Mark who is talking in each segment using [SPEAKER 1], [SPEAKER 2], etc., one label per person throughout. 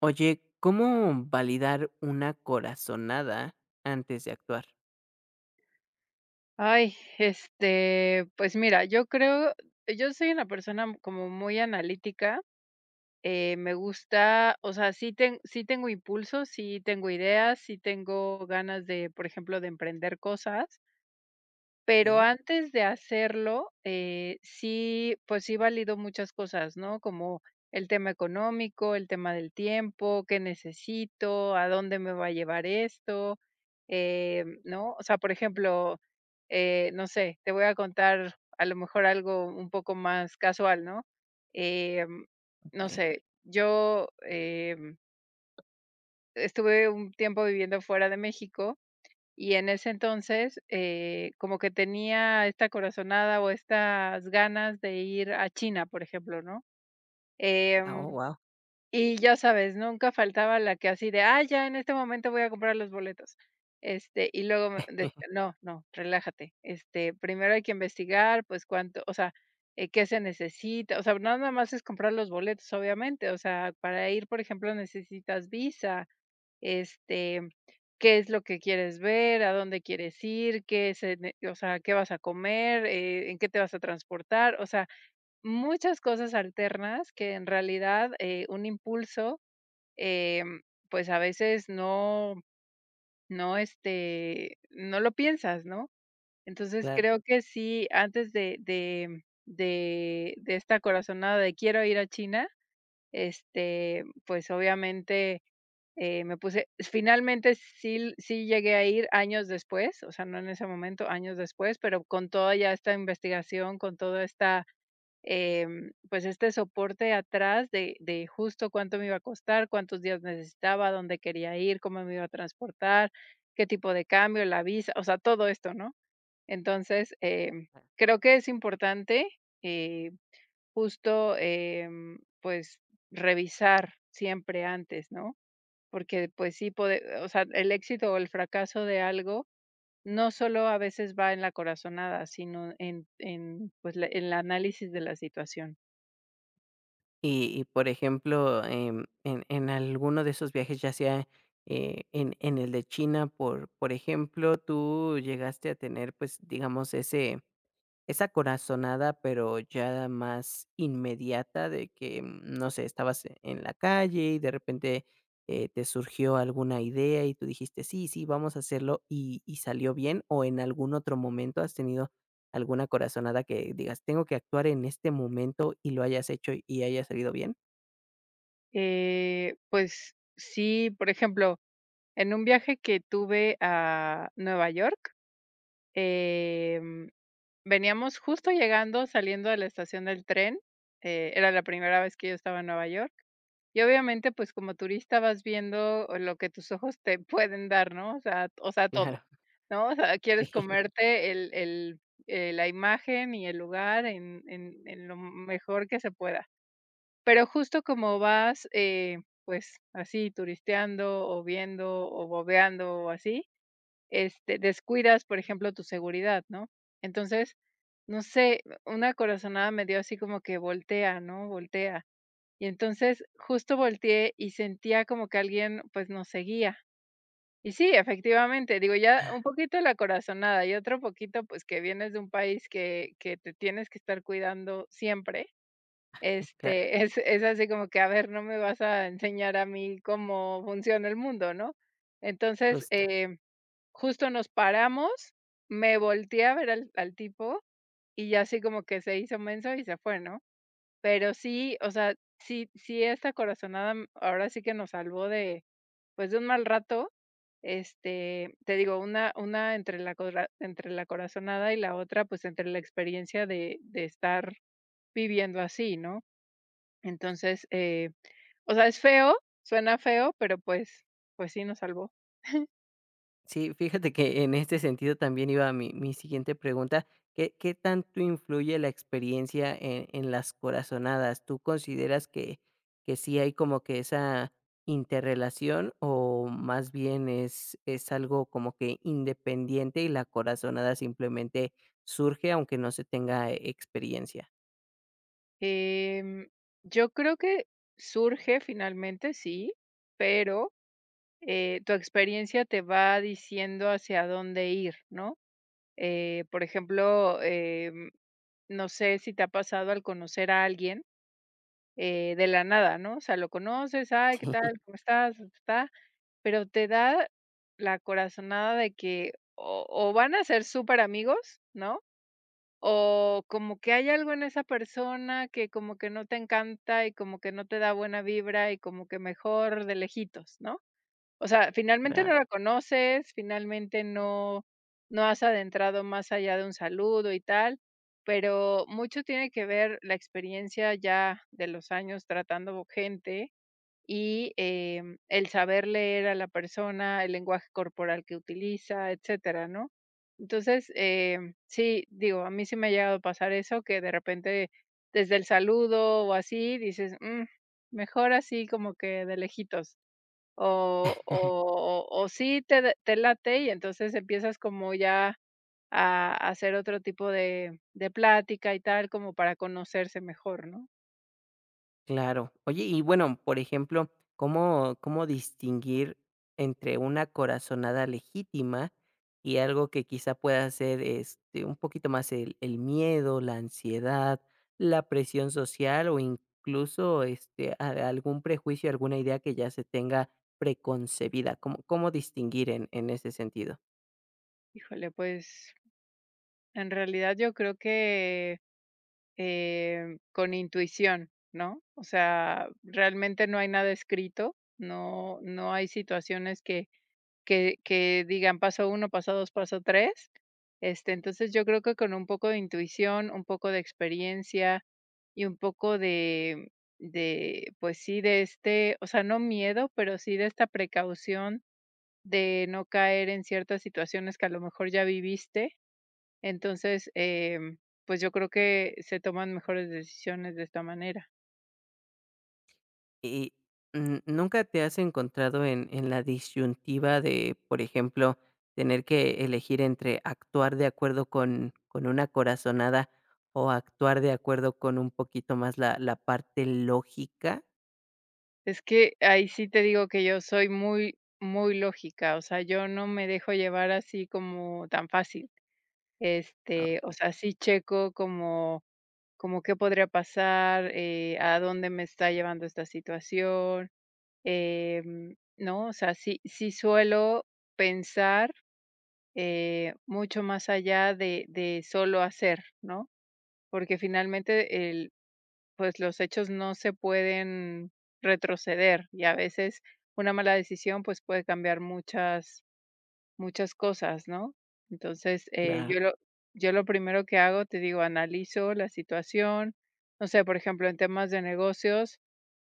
[SPEAKER 1] Oye, ¿cómo validar una corazonada antes de actuar?
[SPEAKER 2] Ay, pues mira, yo soy una persona como muy analítica. Me gusta, o sea, sí, sí tengo impulsos, sí tengo ideas, sí tengo ganas de, por ejemplo, de emprender cosas, pero
[SPEAKER 1] Okey,
[SPEAKER 2] antes de hacerlo, sí, pues sí valido muchas cosas, ¿no? Como el tema económico, el tema del tiempo, qué necesito, a dónde me va a llevar esto, ¿no? O sea, por ejemplo, no sé, te voy a contar a lo mejor algo un poco más casual, ¿no? Em, no
[SPEAKER 1] okey.
[SPEAKER 2] sé, yo estuve un tiempo viviendo fuera de México y en ese entonces, como que tenía esta corazonada o estas ganas de ir a China, por ejemplo, ¿no?
[SPEAKER 1] Ah, oh,
[SPEAKER 2] Em,
[SPEAKER 1] guau,
[SPEAKER 2] y ya sabes, nunca faltaba la que así de, ah, ya en este momento voy a comprar los boletos. Y luego me decía, no, no, relájate. Este, primero hay que investigar, pues cuánto, o sea, qué se necesita. O sea, no nada más es comprar los boletos, obviamente. O sea, para ir, por ejemplo, necesitas visa, este, qué es lo que quieres ver, a dónde quieres ir, qué se ne o sea, qué vas a comer, en qué te vas a transportar, o sea, muchas cosas alternas que en realidad, un impulso, em, pues, a veces no, este, no lo piensas, ¿no? Entonces,
[SPEAKER 1] claro.
[SPEAKER 2] creo que sí, antes de esta corazonada de quiero ir a China, este, pues, obviamente me puse finalmente sí llegué a ir años después, o sea, no en ese momento, años después, pero con toda ya esta investigación, con toda esta, pues, este soporte atrás de justo cuánto me iba a costar, cuántos días necesitaba, dónde quería ir, cómo me iba a transportar, qué tipo de cambio, la visa, o sea, todo esto, ¿no? Entonces, creo que es importante, eh, justo, pues, revisar siempre antes, ¿no? Porque, pues sí, puede o sea, el éxito o el fracaso de algo no solo a veces va en la corazonada, sino en pues, la el análisis de la situación.
[SPEAKER 1] Y, por ejemplo, en alguno de esos viajes, ya sea, en el de China, por ejemplo, ¿tú llegaste a tener, pues, digamos, ese esa corazonada, pero ya más inmediata de que, mm, no sé, estabas en la calle y de repente, te surgió alguna idea y tú dijiste: "Sí, sí, vamos a hacerlo", y salió bien, o en algún otro momento has tenido alguna corazonada que digas: "Tengo que actuar en este momento", y lo hayas hecho y haya salido bien.
[SPEAKER 2] Pues sí, por ejemplo, en un viaje que tuve a Nueva York, em, veníamos justo llegando, saliendo de la estación del tren. Era la primera vez que yo estaba en Nueva York. Y obviamente, pues, como turista vas viendo lo que tus ojos te pueden dar, ¿no? O sea, todo,
[SPEAKER 1] Claro.
[SPEAKER 2] ¿no? O sea, quieres comerte la imagen y el lugar en en lo mejor que se pueda. Pero justo como vas, pues, así turisteando, o viendo, o bobeando, o así, este, descuidas, por ejemplo, tu seguridad, ¿no? Entonces, no sé, una corazonada me dio así como que voltea, ¿no? Voltea. Y entonces justo volteé y sentía como que alguien, pues, nos seguía. Y sí, efectivamente, digo, ya un poquito la corazonada y otro poquito, pues, que vienes de un país que te tienes que estar cuidando siempre,
[SPEAKER 1] Claro,
[SPEAKER 2] este, es así como que, a ver, no me vas a enseñar a mí cómo funciona el mundo, ¿no? Entonces,
[SPEAKER 1] justo.
[SPEAKER 2] justo nos paramos, me volteé a ver al tipo y ya así como que se hizo menso y se fue, ¿no? Pero sí, o sea, sí esta corazonada, mm, ahora sí que nos salvó de, pues, de un mal rato. Este, te digo, una entre la cora entre la corazonada y la otra, pues, entre la experiencia de estar viviendo así, ¿no? Entonces, o sea, es feo, suena feo, pero pues sí nos salvó.
[SPEAKER 1] Sí, fíjate que en este sentido también iba mi siguiente pregunta. ¿Qué tanto influye la experiencia en las corazonadas? ¿Tú consideras que sí hay como que esa interrelación o más bien es algo como que independiente y la corazonada simplemente surge aunque no se tenga experiencia?
[SPEAKER 2] Em, yo creo que surge finalmente, sí, pero, tu experiencia te va diciendo hacia dónde ir, ¿no? Por ejemplo, no sé si te ha pasado al conocer a alguien, de la nada, ¿no? O sea, lo conoces, ay, ¿qué tal? ¿Cómo estás? Ta, ta, ta, pero te da la corazonada de que o van a ser súper amigos, ¿no? O como que hay algo en esa persona que como que no te encanta y como que no te da buena vibra y como que mejor de lejitos, ¿no? O sea, finalmente no la conoces, finalmente no has adentrado más allá de un saludo y tal, pero mucho tiene que ver la experiencia ya de los años tratando gente y, el saber leer a la persona, el lenguaje corporal que utiliza, etcétera, ¿no? Entonces, sí, digo, a mí sí me ha llegado a pasar eso, que de repente desde el saludo o así dices: "Mm, mejor así como que de lejitos". O o o sí te late, y entonces empiezas como ya a hacer otro tipo de plática y tal, como para conocerse mejor, ¿no?
[SPEAKER 1] Claro. Oye, y bueno, por ejemplo, ¿cómo distinguir entre una corazonada legítima y algo que quizá pueda ser, este, un poquito más el miedo, la ansiedad, la presión social o incluso, este, a algún prejuicio, alguna idea que ya se tenga preconcebida? ¿Cómo distinguir en ese sentido?
[SPEAKER 2] Híjole, pues, en realidad yo creo que, con intuición, ¿no? O sea, realmente no hay nada escrito, no hay situaciones que que digan paso uno, paso dos, paso tres. Este, entonces, yo creo que con un poco de intuición, un poco de experiencia y un poco de, pues sí, de este, o sea, no miedo, pero sí de esta precaución de no caer en ciertas situaciones que a lo mejor ya viviste. Entonces, pues yo creo que se toman mejores decisiones de esta manera.
[SPEAKER 1] Y, n ¿nunca te has encontrado en la disyuntiva de, por ejemplo, tener que elegir entre actuar de acuerdo con una corazonada o actuar de acuerdo con un poquito más la parte lógica?
[SPEAKER 2] Es que ahí sí te digo que yo soy muy, muy lógica, o sea, yo no me dejo llevar así como tan fácil.
[SPEAKER 1] Ah,
[SPEAKER 2] Este, o sea, sí checo como, como qué podría pasar, a dónde me está llevando esta situación, ¿no? O sea, sí, sí suelo pensar mucho más allá de solo hacer, ¿no? Porque finalmente el, pues los hechos no se pueden retroceder y a veces una mala decisión pues puede cambiar muchas, muchas cosas, ¿no? Entonces,
[SPEAKER 1] claro,
[SPEAKER 2] yo lo primero que hago, te digo, analizo la situación, no sé, por ejemplo, en temas de negocios,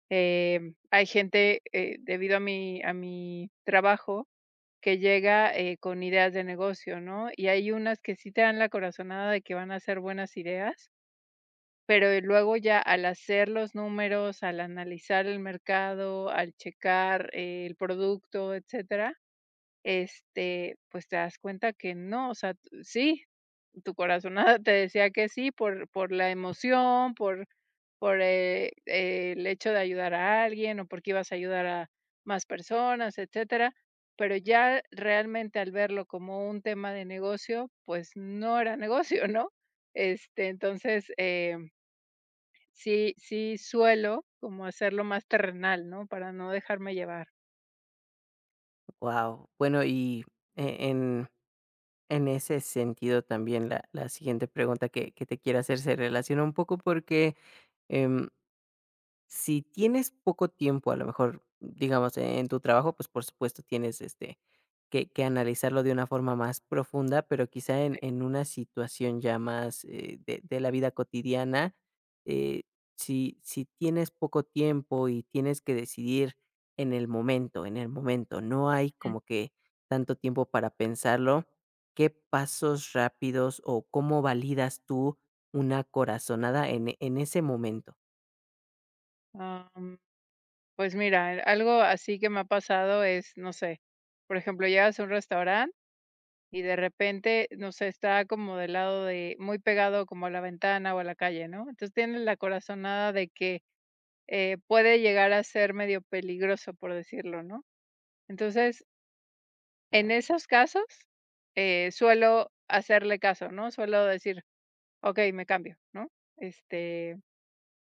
[SPEAKER 2] eh, hay gente, debido a a mi trabajo, que llega con ideas de negocio, ¿no? Y hay unas que sí te dan la corazonada de que van a ser buenas ideas, pero, luego ya al hacer los números, al analizar el mercado, al checar el producto, etcétera, este, pues, te das cuenta que no, o sea, t sí, tu corazonada te decía que sí por la emoción, el hecho de ayudar a alguien, o porque ibas a ayudar a más personas, etcétera, pero ya realmente al verlo como un tema de negocio, pues, no era negocio, ¿no? Este, entonces, sí, sí suelo como hacerlo más terrenal, ¿no? Para no dejarme llevar.
[SPEAKER 1] wow. Bueno, y e en en ese sentido también la siguiente pregunta que te quiero hacer se relaciona un poco porque, em. Si tienes poco tiempo, a lo mejor, digamos, en tu trabajo, pues, por supuesto, tienes, este, que analizarlo de una forma más profunda, pero quizá en una situación ya más, de la vida cotidiana, eh, si tienes poco tiempo y tienes que decidir en el momento, no hay
[SPEAKER 2] Ujú.
[SPEAKER 1] como que tanto tiempo para pensarlo, ¿qué pasos rápidos o cómo validas tú una corazonada en en ese momento?
[SPEAKER 2] Am, pues mira, algo así que me ha pasado es, no sé, por ejemplo, llegas a un restaurante y de repente, no sé, está como del lado de muy pegado como a la ventana o a la calle, ¿no? Entonces tienes la corazonada de que, puede llegar a ser medio peligroso, por decirlo, ¿no? Entonces, en
[SPEAKER 1] Ah,
[SPEAKER 2] esos casos, suelo hacerle caso, ¿no? Suelo decir: okey, me cambio, ¿no? Este,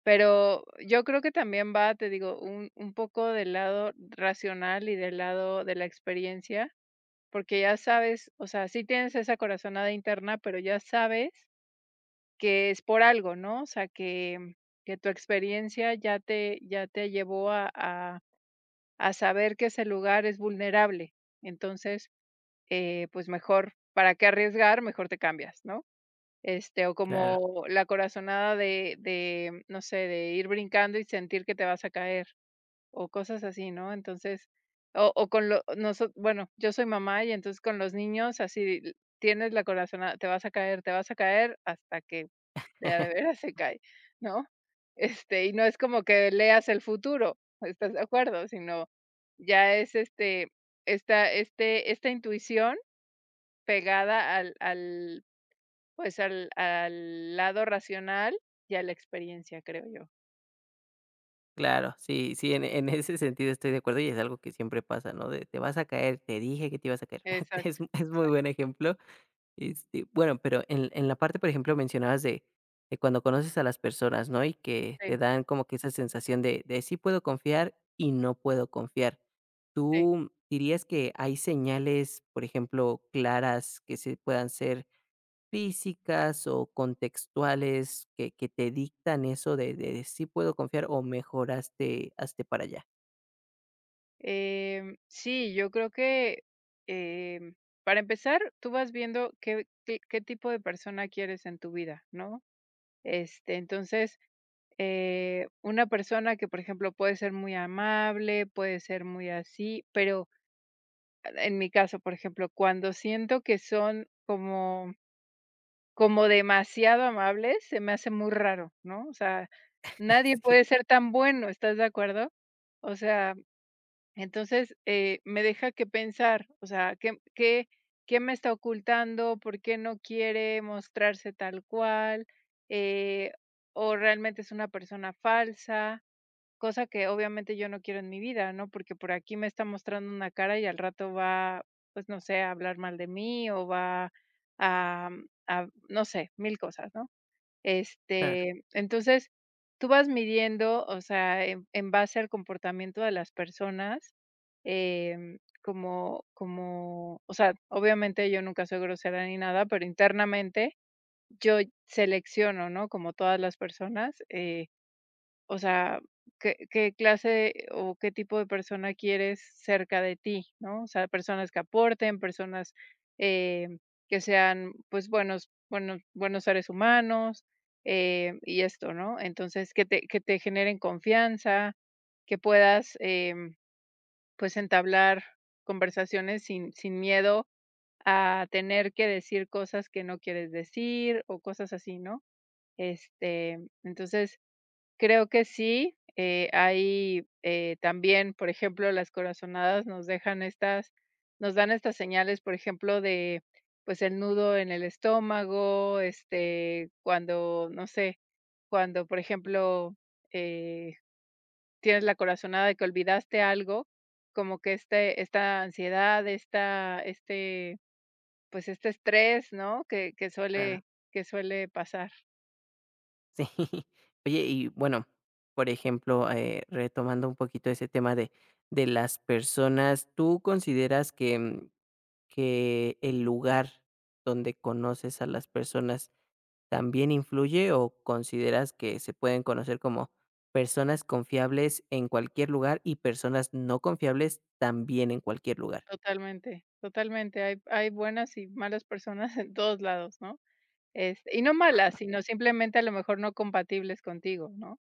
[SPEAKER 2] pero yo creo que también va, te digo, un poco del lado racional y del lado de la experiencia, porque ya sabes, o sea, sí tienes esa corazonada interna, pero ya sabes que es por algo, ¿no? O sea, que tu experiencia ya te llevó a saber que ese lugar es vulnerable. Entonces, pues mejor, ¿para qué arriesgar? Mejor te cambias, ¿no? Este, o
[SPEAKER 1] claro.
[SPEAKER 2] como la corazonada de no sé, de ir brincando y sentir que te vas a caer, o cosas así, ¿no? Entonces, o con lo bueno, yo soy mamá y entonces con los niños así tienes la corazonada, te vas a caer, te vas a caer hasta que de a de veras se cae, ¿no? Este, y no es como que leas el futuro, ¿estás de acuerdo? Sino ya es, este, esta intuición pegada al al pues al lado racional y a la experiencia, creo yo.
[SPEAKER 1] Claro, sí, sí, en ese sentido estoy de acuerdo y es algo que siempre pasa, ¿no? De te vas a caer, te dije que te ibas a caer. Es
[SPEAKER 2] Exacto,
[SPEAKER 1] es muy buen ejemplo. Este, bueno, pero en la parte, por ejemplo, mencionabas de cuando conoces a las personas, ¿no? Y que te
[SPEAKER 2] sí,
[SPEAKER 1] dan como que esa sensación de sí puedo confiar y no puedo confiar.
[SPEAKER 2] sí.
[SPEAKER 1] ¿Tú dirías que hay señales, por ejemplo, claras que se puedan ser físicas o contextuales que te dictan eso de si puedo confiar o mejor hazte para allá.
[SPEAKER 2] Sí, yo creo que, em, para empezar, tú vas viendo qué qué tipo de persona quieres en tu vida, ¿no? Este, entonces, una persona que, por ejemplo, puede ser muy amable, puede ser muy así, pero en mi caso, por ejemplo, cuando siento que son como como demasiado amables, se me hace muy raro, ¿no? O sea, nadie
[SPEAKER 1] Sí,
[SPEAKER 2] puede ser tan bueno, ¿estás de acuerdo? O sea, entonces, me deja que pensar, o sea, ¿qué qué me está ocultando? ¿Por qué no quiere mostrarse tal cual? Eh, ¿O realmente es una persona falsa? Cosa que obviamente yo no quiero en mi vida, ¿no? Porque por aquí me está mostrando una cara y al rato va, pues no sé, a hablar mal de mí o va a, mm, a no sé, mil cosas, ¿no?
[SPEAKER 1] claro,
[SPEAKER 2] Este, entonces, tú vas midiendo, o sea, en base al comportamiento de las personas, como, o sea, obviamente yo nunca soy grosera ni nada, pero internamente yo selecciono, ¿no? Como todas las personas. O sea, ¿qué clase o qué tipo de persona quieres cerca de ti, ¿no? O sea, personas que aporten, personas, eh, que sean, pues, buenos buenos seres humanos, y esto, ¿no? Entonces, que te generen confianza, que puedas, pues, entablar conversaciones sin miedo a tener que decir cosas que no quieres decir o cosas así, ¿no? Este, entonces, creo que sí, hay, también, por ejemplo, las corazonadas nos dan estas señales, por ejemplo, de, pues, el nudo en el estómago, este, cuando, no sé, cuando, por ejemplo, eh, tienes la corazonada de que olvidaste algo, como que esta ansiedad, pues, este estrés, ¿no?, que
[SPEAKER 1] claro.
[SPEAKER 2] suele pasar.
[SPEAKER 1] Sí. Oye, y bueno, por ejemplo, retomando un poquito ese tema de las personas, ¿tú consideras que, mm, que el lugar donde conoces a las personas también influye o consideras que se pueden conocer como personas confiables en cualquier lugar y personas no confiables también en cualquier lugar?
[SPEAKER 2] Totalmente, totalmente. Hay buenas y malas personas en todos lados, ¿no? Este, y no malas, sino simplemente a lo mejor no compatibles contigo, ¿no?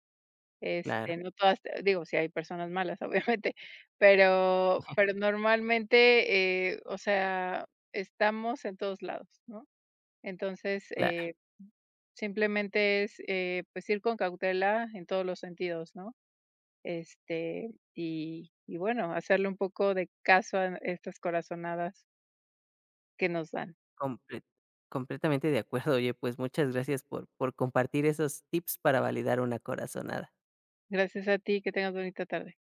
[SPEAKER 1] Claro,
[SPEAKER 2] Este, no todas te digo, si hay personas malas, obviamente, pero normalmente, o sea, estamos en todos lados, ¿no? Entonces,
[SPEAKER 1] claro,
[SPEAKER 2] simplemente es, pues, ir con cautela en todos los sentidos, ¿no? Este, y bueno, hacerle un poco de caso a estas corazonadas que nos dan.
[SPEAKER 1] comple- completamente de acuerdo. Oye, pues muchas gracias por compartir esos tips para validar una corazonada.
[SPEAKER 2] Gracias a ti, que tengas bonita tarde.